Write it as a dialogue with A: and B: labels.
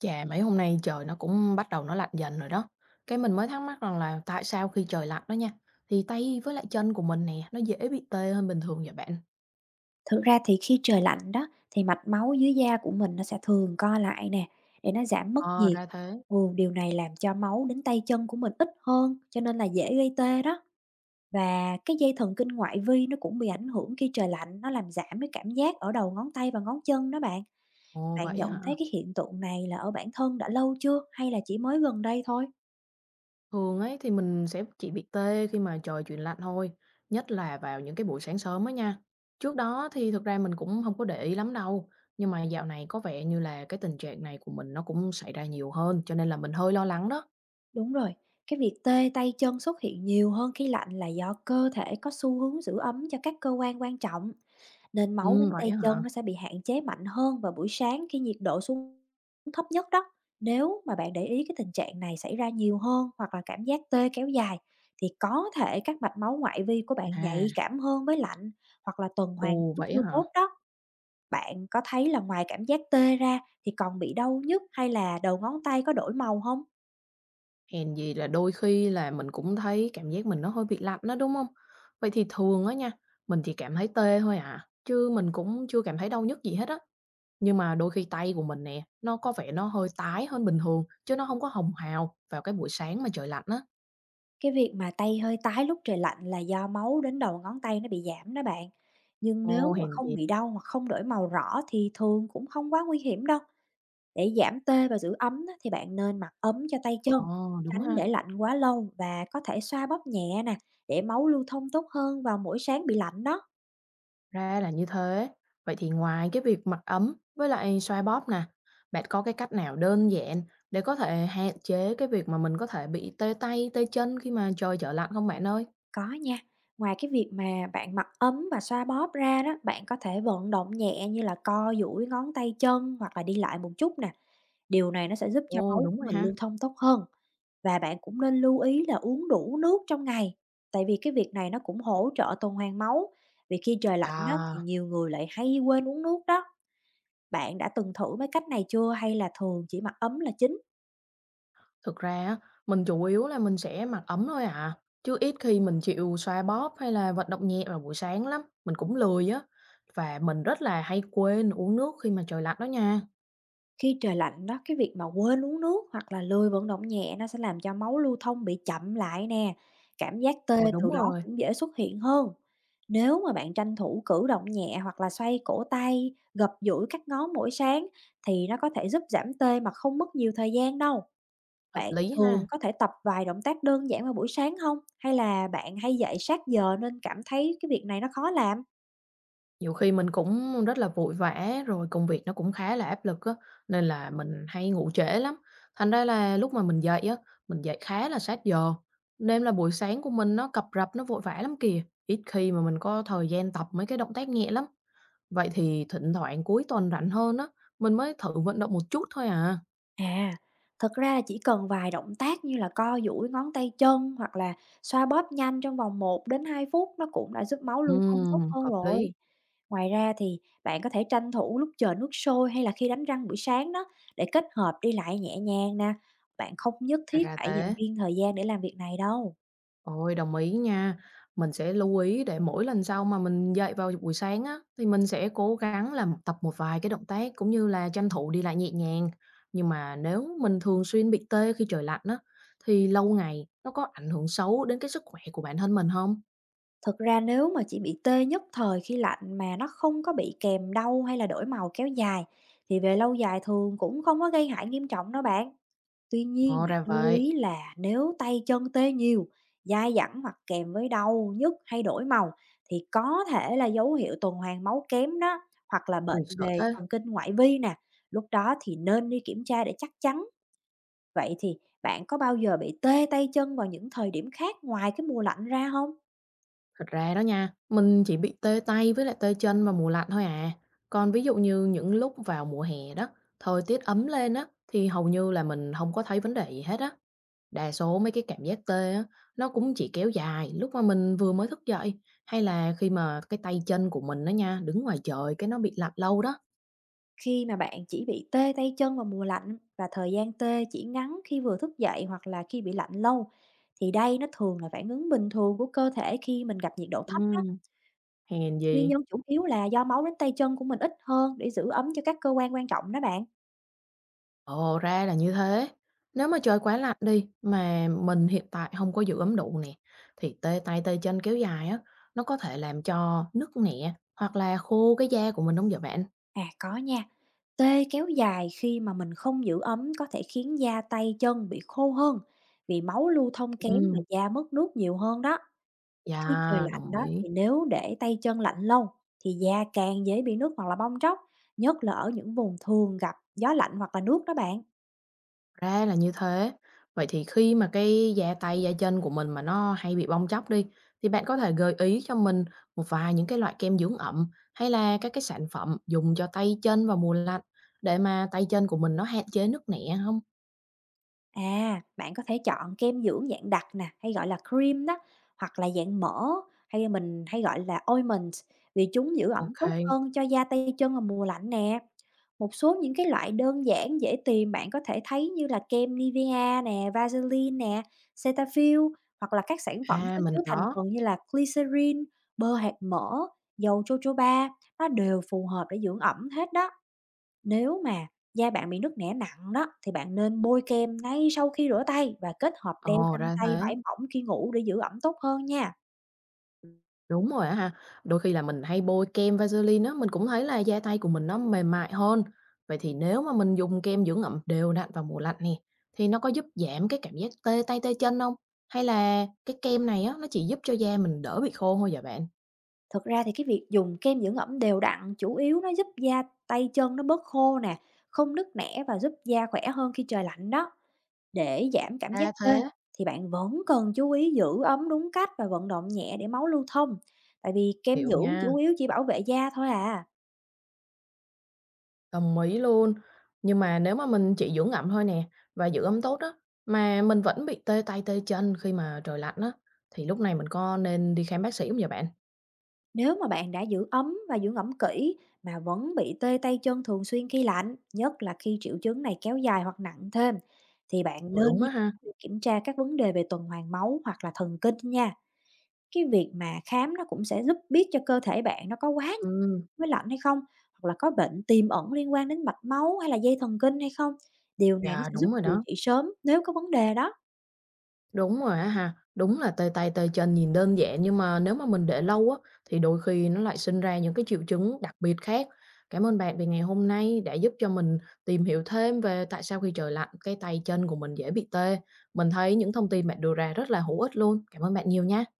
A: Chà, mấy hôm nay trời nó cũng bắt đầu lạnh dần rồi đó. Cái mình mới thắc mắc rằng là tại sao khi trời lạnh đó nha, thì tay với lại chân của mình nè, nó dễ bị tê hơn bình thường vậy bạn?
B: Thực ra thì khi trời lạnh đó, thì mạch máu dưới da của mình nó sẽ thường co lại nè, để nó giảm mất
A: Ờ,
B: nhiệt.
A: ra thế.
B: Ừ, điều này làm cho máu đến tay chân của mình ít hơn, cho nên là dễ gây tê đó. Và cái dây thần kinh ngoại vi nó cũng bị ảnh hưởng khi trời lạnh, nó làm giảm cái cảm giác ở đầu ngón tay và ngón chân đó bạn.
A: Ồ,
B: Bạn
A: vậy
B: nhận
A: hả?
B: thấy cái hiện tượng này là ở bản thân đã lâu chưa, hay là chỉ mới gần đây thôi?
A: Thường ấy thì mình sẽ chỉ bị tê khi mà trời chuyển lạnh thôi, nhất là vào những cái buổi sáng sớm á nha. Trước đó thì thực ra mình cũng không có để ý lắm đâu, nhưng mà dạo này có vẻ như là cái tình trạng này của mình nó cũng xảy ra nhiều hơn, cho nên là mình hơi lo lắng đó.
B: Đúng rồi, cái việc tê tay chân xuất hiện nhiều hơn khi lạnh là do cơ thể có xu hướng giữ ấm cho các cơ quan quan trọng, nên máu
A: Ừ,
B: đến
A: vậy
B: tay
A: á hả?
B: chân nó sẽ bị hạn chế mạnh hơn vào buổi sáng, khi nhiệt độ xuống thấp nhất đó. Nếu mà bạn để ý cái tình trạng này xảy ra nhiều hơn, hoặc là cảm giác tê kéo dài, thì có thể các mạch máu ngoại vi của bạn
A: À,
B: nhạy cảm hơn với lạnh, hoặc là tuần hoàn
A: ồ,
B: máu
A: vậy á
B: chưa
A: hả?
B: tốt đó. Bạn có thấy là ngoài cảm giác tê ra, thì còn bị đau nhức hay là đầu ngón tay có đổi màu không?
A: Hèn gì là đôi khi là mình cũng thấy cảm giác mình nó hơi bị lạnh đó, đúng không? Vậy thì thường á nha, mình chỉ cảm thấy tê thôi à, chứ mình cũng chưa cảm thấy đau nhức gì hết á. Nhưng mà đôi khi tay của mình nè, nó có vẻ nó hơi tái hơn bình thường, chứ nó không có hồng hào vào cái buổi sáng mà trời lạnh á.
B: Cái việc mà tay hơi tái lúc trời lạnh là do máu đến đầu ngón tay nó bị giảm đó bạn. Nhưng
A: Ồ,
B: nếu mà
A: hèn
B: không
A: gì.
B: bị đau hoặc không đổi màu rõ thì thường cũng không quá nguy hiểm đâu. Để giảm tê và giữ ấm á, thì bạn nên mặc ấm cho tay chân,
A: Ờ, đúng
B: tránh
A: ha,
B: để lạnh quá lâu, và có thể xoa bóp nhẹ nè, để máu lưu thông tốt hơn vào mỗi sáng bị lạnh đó.
A: ra là như thế. Vậy thì ngoài cái việc mặc ấm với lại xoa bóp nè, bạn có cái cách nào đơn giản để có thể hạn chế cái việc mà mình có thể bị tê tay, tê chân khi mà trời trở lạnh không bạn ơi?
B: Có nha. Ngoài cái việc mà bạn mặc ấm và xoa bóp ra đó, bạn có thể vận động nhẹ, như là co duỗi ngón tay chân, hoặc là đi lại một chút nè. Điều này nó sẽ giúp cho máu
A: Ồ, đúng
B: của
A: rồi
B: mình
A: ha.
B: lưu thông tốt hơn. Và bạn cũng nên lưu ý là uống đủ nước trong ngày, tại vì cái việc này nó cũng hỗ trợ tuần hoàn máu. Vì khi trời lạnh đó thì
A: À,
B: nhiều người lại hay quên uống nước đó. Bạn đã từng thử mấy cách này chưa, hay là thường chỉ mặc ấm là chính?
A: thực ra á, mình chủ yếu là mình sẽ mặc ấm thôi à, chứ ít khi mình chịu xoa bóp hay là vận động nhẹ vào buổi sáng lắm, mình cũng lười á. Và mình rất là hay quên uống nước khi mà trời lạnh đó nha.
B: Khi trời lạnh đó, cái việc mà quên uống nước hoặc là lười vận động nhẹ, nó sẽ làm cho máu lưu thông bị chậm lại nè. Cảm giác tê
A: Ồ, đúng
B: từ đó
A: rồi,
B: cũng dễ xuất hiện hơn. Nếu mà bạn tranh thủ cử động nhẹ hoặc là xoay cổ tay, gập duỗi các ngón mỗi sáng, thì nó có thể giúp giảm tê mà không mất nhiều thời gian đâu.
A: hợp
B: Bạn
A: lý ha.
B: thường có thể tập vài động tác đơn giản vào buổi sáng không? Hay là bạn hay dậy sát giờ, nên cảm thấy cái việc này nó khó làm?
A: Nhiều khi mình cũng rất là vội vã, rồi công việc nó cũng khá là áp lực á, nên là mình hay ngủ trễ lắm. Thành ra là lúc mà mình dậy á, mình dậy khá là sát giờ, nên là buổi sáng của mình nó cập rập, nó vội vã lắm kìa, ít khi mà mình có thời gian tập mấy cái động tác nhẹ lắm. Vậy thì thỉnh thoảng cuối tuần rảnh hơn á, mình mới thử vận động một chút thôi à.
B: À, thật ra là chỉ cần vài động tác như là co duỗi ngón tay chân, hoặc là xoa bóp nhanh trong vòng 1 đến 2 phút, nó cũng đã giúp máu lưu thông tốt hơn
A: Hợp lý,
B: rồi. Ngoài ra thì bạn có thể tranh thủ lúc chờ nước sôi, hay là khi đánh răng buổi sáng đó, để kết hợp đi lại nhẹ nhàng nè. Bạn không nhất
A: ra
B: thiết
A: là
B: phải dành
A: thế.
B: riêng thời gian để làm việc này đâu.
A: Ôi, đồng ý nha. Mình sẽ lưu ý để mỗi lần sau mà mình dậy vào buổi sáng á, thì mình sẽ cố gắng làm tập một vài cái động tác cũng như là tranh thủ đi lại nhẹ nhàng. Nhưng mà nếu mình thường xuyên bị tê khi trời lạnh á, thì lâu ngày nó có ảnh hưởng xấu đến cái sức khỏe của bản thân mình không?
B: Thực ra nếu mà chỉ bị tê nhất thời khi lạnh, mà nó không có bị kèm đau hay là đổi màu kéo dài, thì về lâu dài thường cũng không có gây hại nghiêm trọng đâu bạn. Tuy nhiên
A: Ồ,
B: bạn
A: ra
B: lưu
A: vậy.
B: ý là nếu tay chân tê nhiều, dai dẳng, hoặc kèm với đau, nhức hay đổi màu, thì có thể là dấu hiệu tuần hoàn máu kém đó, hoặc là bệnh
A: Ui, sợ
B: về
A: thế.
B: thần kinh ngoại vi nè. Lúc đó thì nên đi kiểm tra để chắc chắn. Vậy thì bạn có bao giờ bị tê tay chân vào những thời điểm khác ngoài cái mùa lạnh ra không?
A: Thật ra đó nha, mình chỉ bị tê tay với lại tê chân vào mùa lạnh thôi à. Còn ví dụ như những lúc vào mùa hè đó, thời tiết ấm lên á, thì hầu như là mình không có thấy vấn đề gì hết á. Đa số mấy cái cảm giác tê á, nó cũng chỉ kéo dài lúc mà mình vừa mới thức dậy, hay là khi mà cái tay chân của mình đó nha, đứng ngoài trời cái nó bị lạnh lâu đó.
B: Khi mà bạn chỉ bị tê tay chân vào mùa lạnh, và thời gian tê chỉ ngắn khi vừa thức dậy hoặc là khi bị lạnh lâu, thì đây nó thường là phản ứng bình thường của cơ thể khi mình gặp nhiệt độ thấp đó.
A: Ừm, Hèn
B: Nguyên
A: gì?
B: nhân chủ yếu là do máu đến tay chân của mình ít hơn, để giữ ấm cho các cơ quan quan trọng đó bạn.
A: Ồ, ra là như thế. Nếu mà trời quá lạnh đi, mà mình hiện tại không có giữ ấm đủ nè, thì tê tay tê chân kéo dài á, nó có thể làm cho nứt nẻ, hoặc là khô cái da của mình đúng không vậy bạn?
B: À có nha, tê kéo dài khi mà mình không giữ ấm có thể khiến da tay chân bị khô hơn, vì máu lưu thông kém và
A: Ừm,
B: da mất nước nhiều hơn đó. Khi trời
A: dạ
B: lạnh
A: đồng
B: đó
A: ý.
B: thì nếu để tay chân lạnh lâu, thì da càng dễ bị nước hoặc là bong tróc, nhất là ở những vùng thường gặp gió lạnh hoặc là nước đó bạn.
A: Ra là như thế. Vậy thì khi mà cái da tay, da chân của mình mà nó hay bị bong tróc đi, thì bạn có thể gợi ý cho mình một vài những cái loại kem dưỡng ẩm hay là các cái sản phẩm dùng cho tay chân vào mùa lạnh để mà tay chân của mình nó hạn chế nứt nẻ không?
B: À, bạn có thể chọn kem dưỡng dạng đặc nè, hay gọi là cream đó, hoặc là dạng mỡ, hay mình hay gọi là ointment, vì chúng giữ ẩm
A: Ok,
B: tốt hơn cho da tay chân vào mùa lạnh nè. Một số những cái loại đơn giản dễ tìm bạn có thể thấy như là kem Nivea nè, Vaseline nè, Cetaphil, hoặc là các sản
A: kê,
B: phẩm
A: à,
B: có
A: mình
B: chứa
A: có.
B: thành phần như là glycerin, bơ hạt mỡ, dầu jojoba, nó đều phù hợp để dưỡng ẩm hết đó. Nếu mà da bạn bị nứt nẻ nặng đó, thì bạn nên bôi kem ngay sau khi rửa tay, và kết hợp đeo
A: Ồ,
B: găng
A: ra
B: tay
A: thế.
B: vải mỏng khi ngủ để giữ ẩm tốt hơn nha.
A: Đúng rồi á ha. Đôi khi là mình hay bôi kem Vaseline á, mình cũng thấy là da tay của mình nó mềm mại hơn. Vậy thì nếu mà mình dùng kem dưỡng ẩm đều đặn vào mùa lạnh nè, thì nó có giúp giảm cái cảm giác tê tay tê chân không? Hay là cái kem này á, nó chỉ giúp cho da mình đỡ bị khô thôi vậy bạn?
B: Thực ra thì cái việc dùng kem dưỡng ẩm đều đặn chủ yếu nó giúp da tay chân nó bớt khô nè, không nứt nẻ và giúp da khỏe hơn khi trời lạnh đó. Để giảm cảm giác
A: À
B: tê,
A: thế,
B: thì bạn vẫn cần chú ý giữ ấm đúng cách và vận động nhẹ để máu lưu thông. Tại vì kem
A: hiểu
B: dưỡng
A: nha,
B: chủ yếu chỉ bảo vệ da thôi à.
A: đồng ý luôn. Nhưng mà nếu mà mình chỉ dưỡng ẩm thôi nè và giữ ấm tốt á mà mình vẫn bị tê tay tê chân khi mà trời lạnh á thì lúc này mình có nên đi khám bác sĩ không vậy bạn?
B: Nếu mà bạn đã giữ ấm và dưỡng ẩm kỹ, mà vẫn bị tê tay chân thường xuyên khi lạnh, nhất là khi triệu chứng này kéo dài hoặc nặng thêm, thì bạn
A: Ồ,
B: nên
A: đúng
B: đi
A: á ha.
B: kiểm tra các vấn đề về tuần hoàn máu hoặc là thần kinh nha. Cái việc mà khám nó cũng sẽ giúp biết cho cơ thể bạn nó có quá nhiệt
A: Ừ.
B: với lạnh hay không, hoặc là có bệnh tiềm ẩn liên quan đến mạch máu hay là dây thần kinh hay không. Điều này nó
A: Dạ,
B: sẽ giúp
A: đúng rồi
B: điều
A: đó.
B: trị sớm nếu có vấn đề đó.
A: Đúng rồi á ha. Đúng là tê tay tê chân nhìn đơn giản nhưng mà nếu mà mình để lâu á thì đôi khi nó lại sinh ra những cái triệu chứng đặc biệt khác. Cảm ơn bạn vì ngày hôm nay đã giúp cho mình tìm hiểu thêm về tại sao khi trời lạnh cái tay chân của mình dễ bị tê. Mình thấy những thông tin bạn đưa ra rất là hữu ích luôn. Cảm ơn bạn nhiều nha.